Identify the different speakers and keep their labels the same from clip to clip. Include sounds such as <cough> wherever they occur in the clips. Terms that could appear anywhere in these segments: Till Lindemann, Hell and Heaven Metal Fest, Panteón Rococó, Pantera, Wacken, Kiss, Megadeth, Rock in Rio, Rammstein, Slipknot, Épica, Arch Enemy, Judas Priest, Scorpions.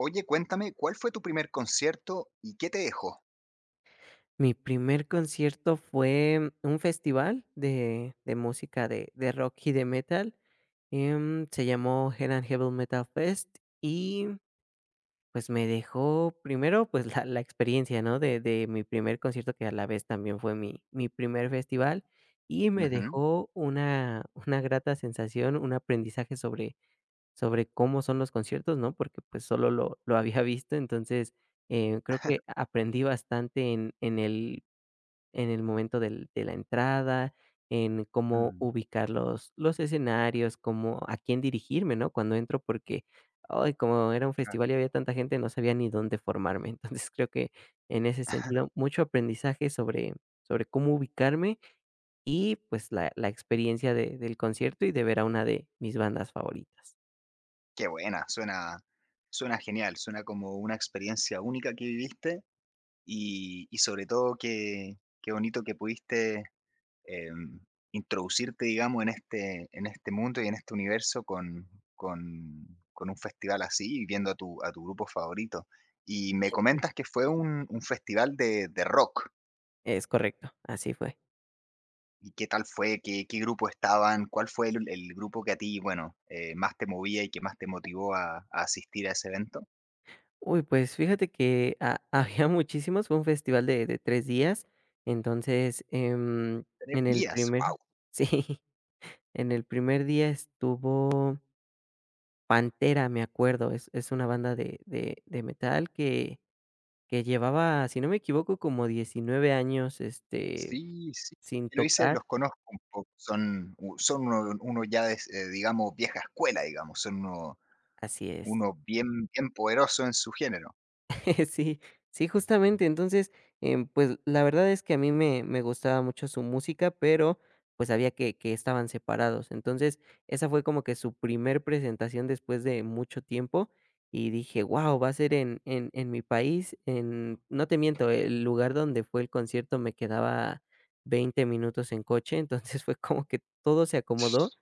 Speaker 1: Oye, cuéntame, ¿cuál fue tu primer concierto y qué te dejó?
Speaker 2: Mi primer concierto fue un festival de música de rock y de metal, se llamó Hell and Heaven Metal Fest y, pues, me dejó primero, pues, la experiencia, ¿no?, de mi primer concierto, que a la vez también fue mi primer festival, y me
Speaker 1: Ujú.
Speaker 2: dejó una grata sensación, un aprendizaje sobre cómo son los conciertos, ¿no?, porque, pues, solo lo había <laughs> visto. Entonces, creo que
Speaker 1: <laughs>
Speaker 2: aprendí bastante en el momento del de la entrada, en cómo
Speaker 1: Mm,
Speaker 2: ubicar los escenarios, cómo a quién dirigirme, ¿no?, cuando entro, porque, ay, como era un
Speaker 1: claro.
Speaker 2: festival y había tanta gente, no sabía ni dónde formarme. <laughs> Entonces, creo que en ese
Speaker 1: <laughs>
Speaker 2: sentido, mucho aprendizaje sobre cómo ubicarme y, pues, la experiencia de del concierto y de ver a una de mis bandas favoritas.
Speaker 1: Qué buena, suena genial, suena como una experiencia única que viviste y sobre todo qué, bonito que pudiste em, introducirte, digamos, en este mundo y en este universo con, con un festival así y viendo a tu, grupo favorito. Y me comentas que fue un, festival de rock.
Speaker 2: Es correcto, así fue.
Speaker 1: ¿Y qué tal fue? ¿Qué grupo estaban? ¿Cuál fue el grupo que a ti, bueno, más te movía y que más te motivó a asistir a ese evento?
Speaker 2: Uy, pues fíjate que ha <laughs> había muchísimos. Fue un festival de 3 días. Entonces,
Speaker 1: 3
Speaker 2: en el
Speaker 1: días,
Speaker 2: primer
Speaker 1: wow.
Speaker 2: <laughs> sí, en el primer día estuvo Pantera, me acuerdo, es una banda de metal que llevaba, si no me equivoco, como 19 años,
Speaker 1: Sí, sí,
Speaker 2: sin
Speaker 1: lo hice,
Speaker 2: tocar.
Speaker 1: los conozco un poco. Son uno uno ya es, digamos, vieja escuela, digamos, son uno
Speaker 2: Así es.
Speaker 1: uno bien poderoso en su género.
Speaker 2: <laughs> Sí, sí, justamente. Entonces, pues, la verdad es que a mí me gustaba mucho su música, pero, pues, sabía que estaban separados. Entonces, esa fue como que su primer presentación después de mucho tiempo, y dije: "¡Wow, va a ser en mi país!", en no te miento, el lugar donde fue el concierto me quedaba 20 minutos en coche. <laughs> Entonces fue como que todo se acomodó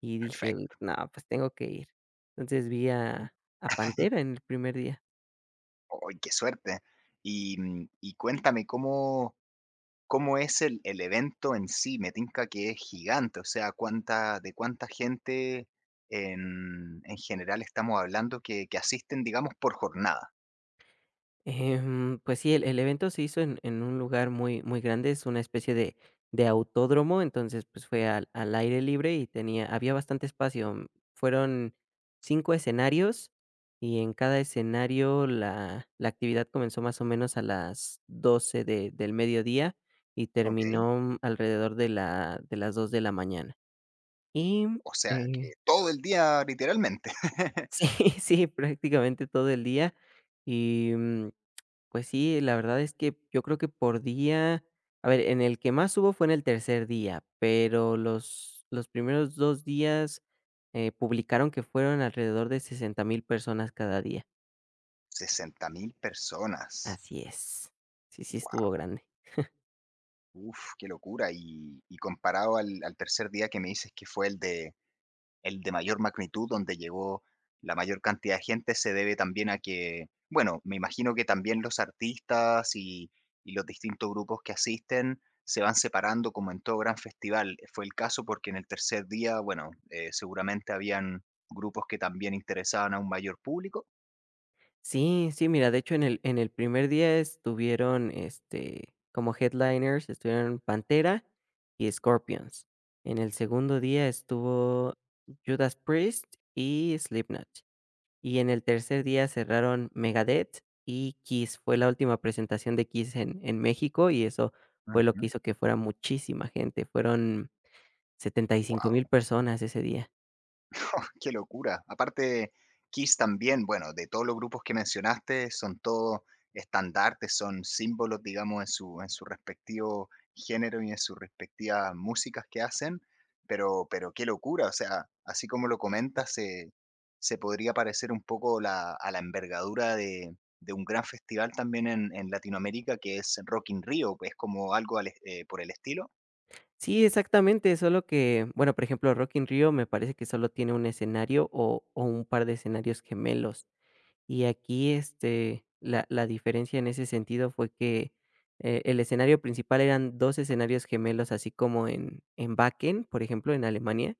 Speaker 2: y dije:
Speaker 1: Perfecto.
Speaker 2: "No, pues tengo que ir". Entonces vi a Pantera en el primer día.
Speaker 1: ¡Ay, qué suerte! Y, y cuéntame, ¿cómo es el evento en sí? Me tinca que es gigante, o sea, cuánta gente en general estamos hablando que asisten, digamos, por jornada?
Speaker 2: Pues sí, el evento se hizo en un lugar muy muy grande, es una especie de autódromo. Entonces, pues, fue al aire libre y tenía había bastante espacio. Fueron 5 escenarios, y en cada escenario la actividad comenzó más o menos a las 12 de del mediodía y
Speaker 1: ¿Ok?
Speaker 2: terminó, alrededor de las 2 de la mañana. Y,
Speaker 1: O sea, que
Speaker 2: eh,
Speaker 1: todo el día, literalmente. <laughs>
Speaker 2: <laughs> sí, sí, prácticamente todo el día, y, pues sí, la verdad es que yo creo que por día, a ver, en el que más hubo fue en el tercer día, pero los primeros dos días, publicaron que fueron alrededor de 60,000 personas cada día.
Speaker 1: 60.000 personas.
Speaker 2: Así es. Sí, sí, estuvo
Speaker 1: Wow.
Speaker 2: grande.
Speaker 1: Uf, qué locura. Y comparado al tercer día que me dices que fue el de mayor magnitud, donde llegó la mayor cantidad de gente, se debe también a que, bueno, me imagino que también los artistas y los distintos grupos que asisten se van separando como en todo gran festival. Fue el caso porque en el tercer día, bueno, seguramente habían grupos que también interesaban a un mayor público.
Speaker 2: Sí, sí, mira, de hecho en el primer día estuvieron, como headliners, estuvieron Pantera y Scorpions. En el segundo día estuvo Judas Priest y Slipknot. Y en el tercer día cerraron Megadeth y Kiss. Fue la última presentación de Kiss en México, y eso fue lo que hizo que fuera muchísima gente. Fueron setenta y cinco
Speaker 1: Wow.
Speaker 2: mil personas ese día.
Speaker 1: <laughs> Qué locura. Aparte, Kiss también, bueno, de todos los grupos que mencionaste, son todos estandartes, son símbolos, digamos, en su, respectivo género y en sus respectivas músicas que hacen, pero qué locura, o sea, así como lo comentas, se podría parecer un poco a la envergadura de, un gran festival también en Latinoamérica que es Rock in Rio, es como algo por el estilo.
Speaker 2: Sí, exactamente, solo que, bueno, por ejemplo, Rock in Rio me parece que solo tiene un escenario o un par de escenarios gemelos. Y aquí, la diferencia en ese sentido fue que, el escenario principal eran 2 escenarios gemelos, así como en Wacken, por ejemplo, en Alemania.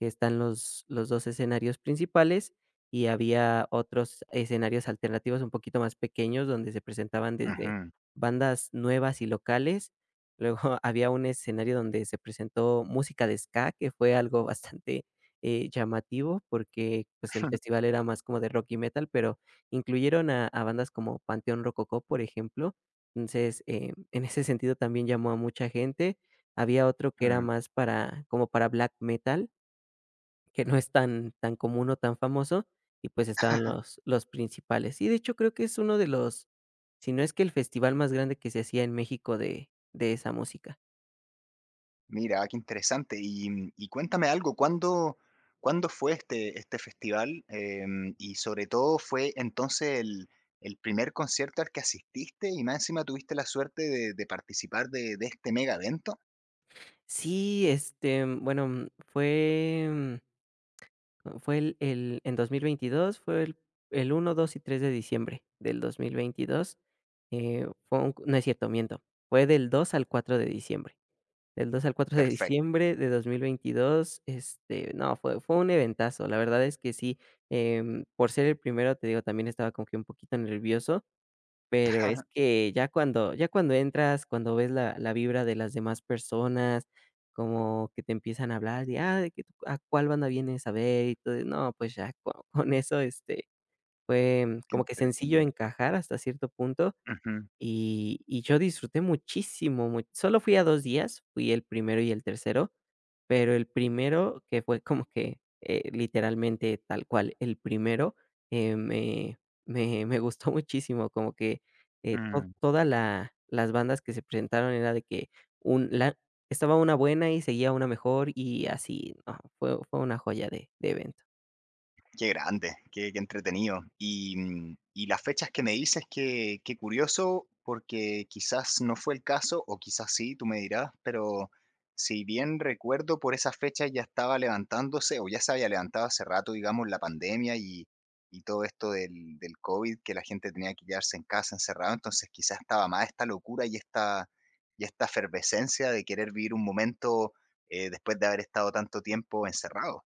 Speaker 2: Que están los 2 escenarios principales, y había otros escenarios alternativos un poquito más pequeños, donde se presentaban desde
Speaker 1: Ujú.
Speaker 2: bandas nuevas y locales. Luego <laughs> había un escenario donde se presentó música de ska, que fue algo bastante, llamativo, porque, pues, el
Speaker 1: <laughs>
Speaker 2: festival era más como de rock y metal, pero incluyeron a bandas como Panteón Rococó, por ejemplo. Entonces, en ese sentido también llamó a mucha gente. Había otro que era más para como para black metal, que no es tan común o tan famoso, y pues estaban los principales. Y de hecho creo que es uno de si no es que el festival más grande que se hacía en México de esa música.
Speaker 1: Mira, qué interesante. Y cuéntame algo, ¿cuándo fue este, festival? Y sobre todo, ¿fue entonces el primer concierto al que asististe y más encima tuviste la suerte de, participar de este mega evento?
Speaker 2: Sí, bueno, fue el en 2022, fue el 1, 2 y 3 de diciembre del 2022. Fue un No es cierto, miento, fue del 2 al 4 de diciembre. Del dos al cuatro de
Speaker 1: Perfecto.
Speaker 2: diciembre de dos mil veintidós No, fue un eventazo. La verdad es que sí. Por ser el primero, te digo, también estaba como que un poquito nervioso, pero es
Speaker 1: <laughs>
Speaker 2: que ya cuando entras, cuando ves la vibra de las demás personas, como que te empiezan a hablar de: "Ah, de que tú, ¿a cuál banda vienes a ver?", y todo. No, pues ya <laughs> co con eso, fue
Speaker 1: Qué
Speaker 2: como que sencillo
Speaker 1: entretenido.
Speaker 2: encajar hasta cierto punto.
Speaker 1: Ujú,
Speaker 2: Y yo disfruté muchísimo, mu solo fui a 2 días, fui el primero y el tercero, pero el primero, que fue como que, literalmente tal cual, el primero, eh, me me gustó <laughs> muchísimo, como que, to
Speaker 1: mm.
Speaker 2: toda la las bandas que se presentaron era de que un la estaba una buena y seguía una mejor y así, no, fue una joya de evento.
Speaker 1: Qué grande, qué, qué, entretenido. Y, y las fechas que me dices, qué curioso, porque quizás no fue el caso, o quizás sí, tú me dirás, pero si bien recuerdo, por esa fecha ya estaba levantándose, o ya se había levantado hace rato, digamos, la pandemia y todo esto del, COVID, que la gente tenía que quedarse en casa encerrado, entonces quizás estaba más esta locura y esta efervescencia de querer vivir un momento después de haber estado tanto tiempo encerrado.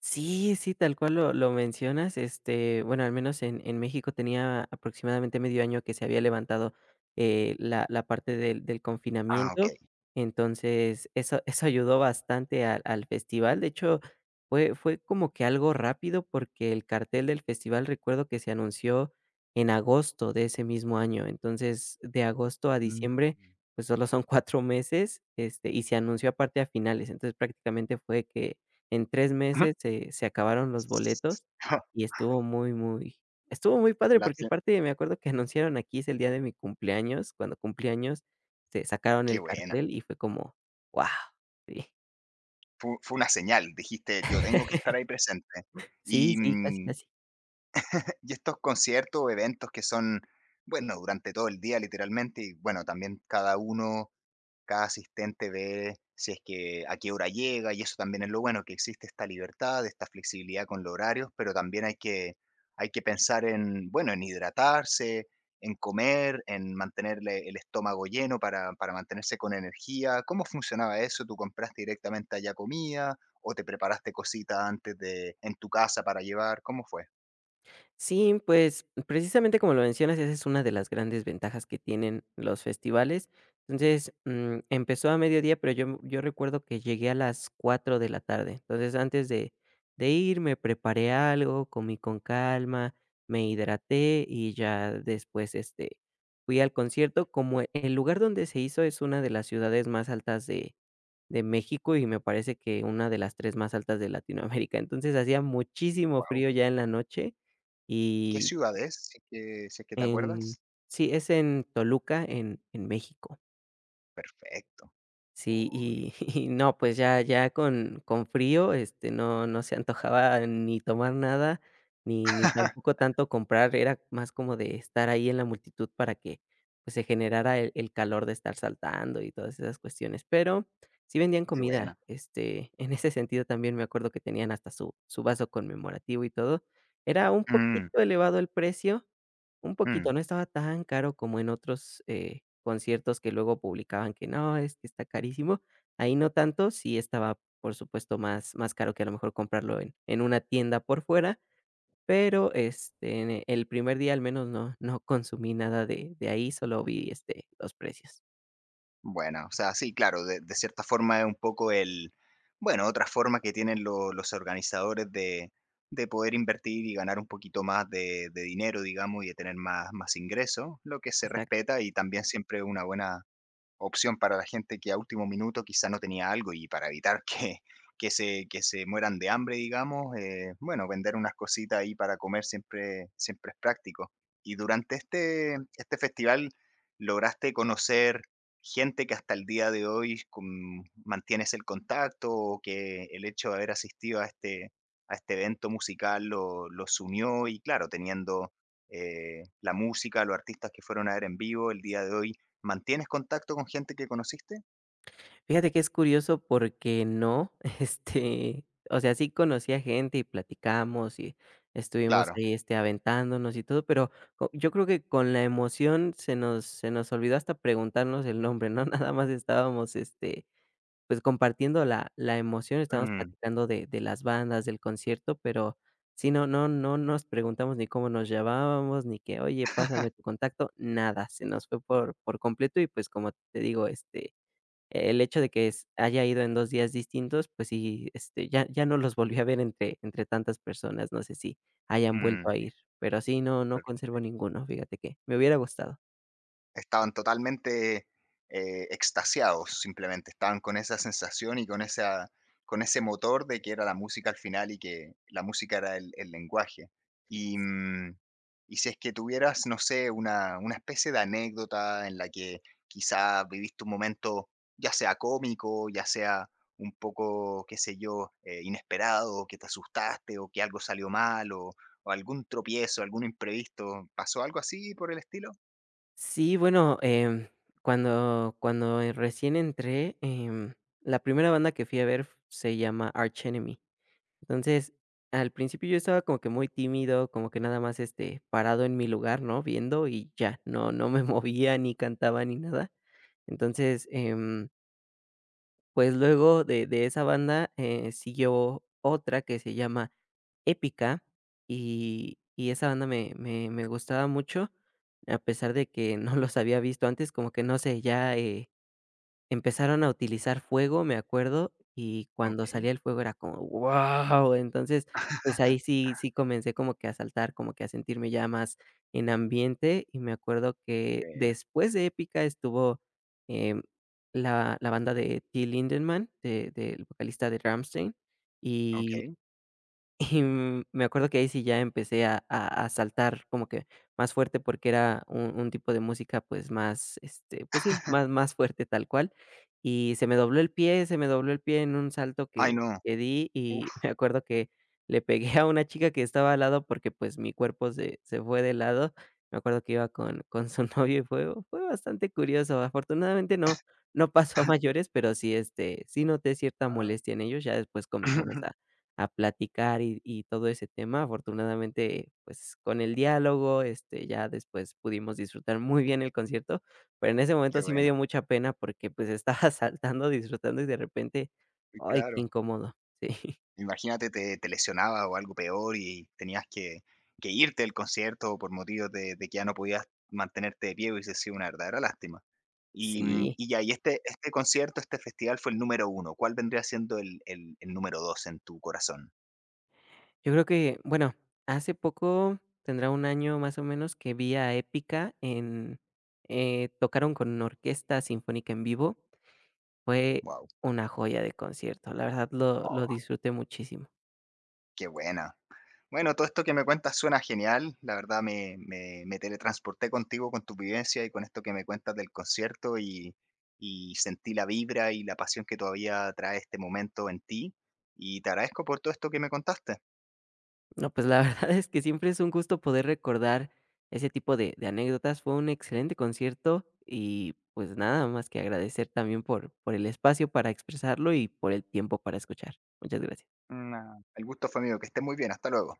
Speaker 2: Sí, sí, tal cual lo mencionas. Bueno, al menos en México tenía aproximadamente medio año que se había levantado, la parte del
Speaker 1: Ah, ok.
Speaker 2: confinamiento. Entonces, eso, <laughs> eso ayudó bastante al festival. De hecho, fue como que algo rápido porque el cartel del festival recuerdo que se anunció en agosto de ese mismo año. Entonces, de agosto a diciembre, pues solo son <laughs> 4 meses, y se anunció aparte a finales. Entonces, prácticamente fue que en 3 meses
Speaker 1: <laughs>
Speaker 2: se acabaron los boletos y
Speaker 1: <laughs>
Speaker 2: estuvo muy padre,
Speaker 1: La
Speaker 2: porque
Speaker 1: gen
Speaker 2: aparte me acuerdo que <laughs> anunciaron, aquí es el día de mi cumpleaños, cuando cumplí años, se sacaron
Speaker 1: qué
Speaker 2: el
Speaker 1: buena.
Speaker 2: cartel y fue como: "¡Wow!". Sí.
Speaker 1: Fu fue una señal, dijiste: "Yo tengo que
Speaker 2: <laughs>
Speaker 1: estar ahí presente".
Speaker 2: Sí,
Speaker 1: Y,
Speaker 2: sí, casi, casi.
Speaker 1: <laughs> y estos conciertos o eventos que son, bueno, durante todo el día, literalmente, y bueno, también cada asistente ve si es que a qué hora llega, y eso también es lo bueno, que existe esta libertad, esta flexibilidad con los horarios, pero también hay que, pensar en, bueno, en hidratarse, en comer, en mantenerle el estómago lleno para mantenerse con energía. ¿Cómo funcionaba eso? ¿Tú compraste directamente allá comida o te preparaste cositas antes de en tu casa para llevar? ¿Cómo fue?
Speaker 2: Sí, pues, precisamente como lo mencionas, esa es una de las grandes ventajas que tienen los festivales. Entonces, empezó a mediodía, pero yo recuerdo que llegué a las 4 de la tarde. Entonces, antes de ir, me preparé algo, comí con calma, me hidraté y ya después, fui al concierto. Como el lugar donde se hizo es una de las ciudades más altas de México y me parece que una de las 3 más altas de Latinoamérica. Entonces, hacía muchísimo
Speaker 1: Wow.
Speaker 2: frío ya en la noche
Speaker 1: ¿Qué
Speaker 2: y
Speaker 1: ciudad es? si es que, te
Speaker 2: en
Speaker 1: acuerdas.
Speaker 2: sí, es en Toluca, en México.
Speaker 1: Perfecto.
Speaker 2: Sí,
Speaker 1: Uy,
Speaker 2: y <laughs> y no, pues ya con frío, no se antojaba ni tomar nada, ni tampoco
Speaker 1: <laughs>
Speaker 2: tanto comprar, era más como de estar ahí en la multitud para que, pues, se generara el calor de estar saltando y todas esas cuestiones, pero sí vendían
Speaker 1: qué
Speaker 2: comida,
Speaker 1: buena.
Speaker 2: en ese sentido también me acuerdo que tenían hasta su vaso conmemorativo y todo. Era un
Speaker 1: Mm,
Speaker 2: poquito elevado el precio, un
Speaker 1: mm.
Speaker 2: poquito, no estaba tan caro como en otros, conciertos que luego publicaban que no, es que está carísimo. Ahí no tanto, sí estaba, por supuesto, más caro que a lo mejor comprarlo en una tienda por fuera, pero, el primer día al menos no consumí nada de ahí, solo vi, los precios.
Speaker 1: Bueno, o sea, sí, claro, de cierta forma es un poco bueno, otra forma que tienen los organizadores de, poder invertir y ganar un poquito más de, dinero, digamos, y de tener más ingresos, lo que se respeta y también siempre una buena opción para la gente que a último minuto quizá no tenía algo y para evitar <laughs> que se mueran de hambre, digamos, bueno, vender unas cositas ahí para comer siempre es práctico. Y durante este festival, ¿lograste conocer gente que hasta el día de hoy con mantienes el contacto o que el hecho de haber asistido a este evento musical lo los unió? Y claro, teniendo, la música, los artistas que fueron a ver en vivo, el día de hoy, ¿mantienes contacto con gente que conociste?
Speaker 2: Fíjate que es curioso porque no, <laughs> o sea, sí conocí a gente y platicamos y estuvimos
Speaker 1: Claro.
Speaker 2: ahí, aventándonos y todo, pero yo creo que con la emoción se nos olvidó hasta preguntarnos el nombre, ¿no? <laughs> Nada más estábamos, pues compartiendo la emoción, estábamos
Speaker 1: Mm,
Speaker 2: platicando de las bandas, del concierto, pero sí, no, no, no nos preguntamos ni cómo nos llamábamos, ni que, oye, pásame tu contacto, nada, se nos fue por completo. Y pues como te digo, el hecho de que s haya ido en 2 días distintos, pues sí, ya no los volví a ver entre tantas personas, no sé si hayan vuelto a
Speaker 1: mm.
Speaker 2: ir, pero sí, no conservo ninguno, fíjate que me hubiera gustado.
Speaker 1: Estaban totalmente, extasiados, simplemente. Estaban con esa sensación y con ese motor de que era la música al final y que la música era el lenguaje. Y, y si es que tuvieras, no sé, una especie de anécdota en la que quizá viviste un momento, ya sea cómico, ya sea un poco, qué sé yo, inesperado, que te asustaste o que algo salió mal o algún tropiezo, algún imprevisto, ¿pasó algo así por el estilo?
Speaker 2: Sí, bueno, recién entré, la primera banda que fui a ver se llama Arch Enemy. Entonces, al principio yo estaba como que muy tímido, como que nada más, parado en mi lugar, ¿no?, viendo y ya, no me <laughs> movía, ni cantaba, ni nada. Entonces, pues luego de esa banda, siguió otra que se llama Épica, y esa banda me gustaba mucho, a pesar de que no los había visto antes, como que no sé, ya. Empezaron a utilizar fuego, me acuerdo, y cuando
Speaker 1: Ok.
Speaker 2: salía el fuego era como: "¡Wow!". Entonces, pues, ahí sí comencé como que a saltar, como que a sentirme ya más en ambiente, y me acuerdo que
Speaker 1: Buena,
Speaker 2: después de Épica estuvo, em, la banda de Till Lindemann, de del vocalista de Rammstein, y
Speaker 1: okey.
Speaker 2: y me acuerdo que ahí sí ya empecé a saltar como que más fuerte, porque era un tipo de música, pues, más, pues sí, más
Speaker 1: <laughs>
Speaker 2: más fuerte, tal cual. Y se me dobló el pie, se me dobló el pie en un salto
Speaker 1: Ay,
Speaker 2: que
Speaker 1: no,
Speaker 2: que di, y <laughs>
Speaker 1: uf,
Speaker 2: me acuerdo que le pegué a una chica que estaba al lado porque, pues, mi cuerpo se fue de lado. Me acuerdo que iba con su <laughs> novio y fue bastante curioso. Afortunadamente no pasó a
Speaker 1: <laughs>
Speaker 2: mayores, pero sí, sí noté cierta
Speaker 1: ah,
Speaker 2: molestia en ellos. Ya después comenzamos a
Speaker 1: <laughs>
Speaker 2: a platicar y todo ese tema. Afortunadamente, pues, con el diálogo, ya después pudimos disfrutar muy bien el concierto, pero en ese
Speaker 1: qué
Speaker 2: momento sí me
Speaker 1: buena.
Speaker 2: dio mucha pena porque, pues, estaba <laughs> saltando, disfrutando y de repente,
Speaker 1: Y
Speaker 2: ay, qué
Speaker 1: claro,
Speaker 2: incómodo. Sí, <laughs>
Speaker 1: imagínate, te lesionabas o algo peor y tenías que irte del concierto por motivos de que ya no podías mantenerte de pie, hubiese sido una verdadera lástima. Y,
Speaker 2: sí.
Speaker 1: y ya, y este concierto, este festival fue el número uno. ¿Cuál vendría siendo el número 2 en tu corazón?
Speaker 2: Yo creo que, bueno, hace poco, tendrá un año más o menos, que vi a Épica en tocaron con una orquesta sinfónica en vivo. Fue
Speaker 1: Wow,
Speaker 2: una joya de concierto. La verdad lo disfruté muchísimo.
Speaker 1: qué buena. Bueno, todo esto que me cuentas suena genial. La verdad me teletransporté contigo, con tu vivencia y con esto que me cuentas del concierto y sentí la vibra y la pasión que todavía trae este momento en ti. Y te agradezco por todo esto que me contaste.
Speaker 2: No, pues la <laughs> verdad es que siempre es un gusto poder recordar ese tipo de anécdotas. Fue un excelente concierto y pues nada más que agradecer también por el espacio para expresarlo y por el tiempo para escuchar. Muchas gracias.
Speaker 1: El gusto fue mío. Que estés muy bien. Hasta luego.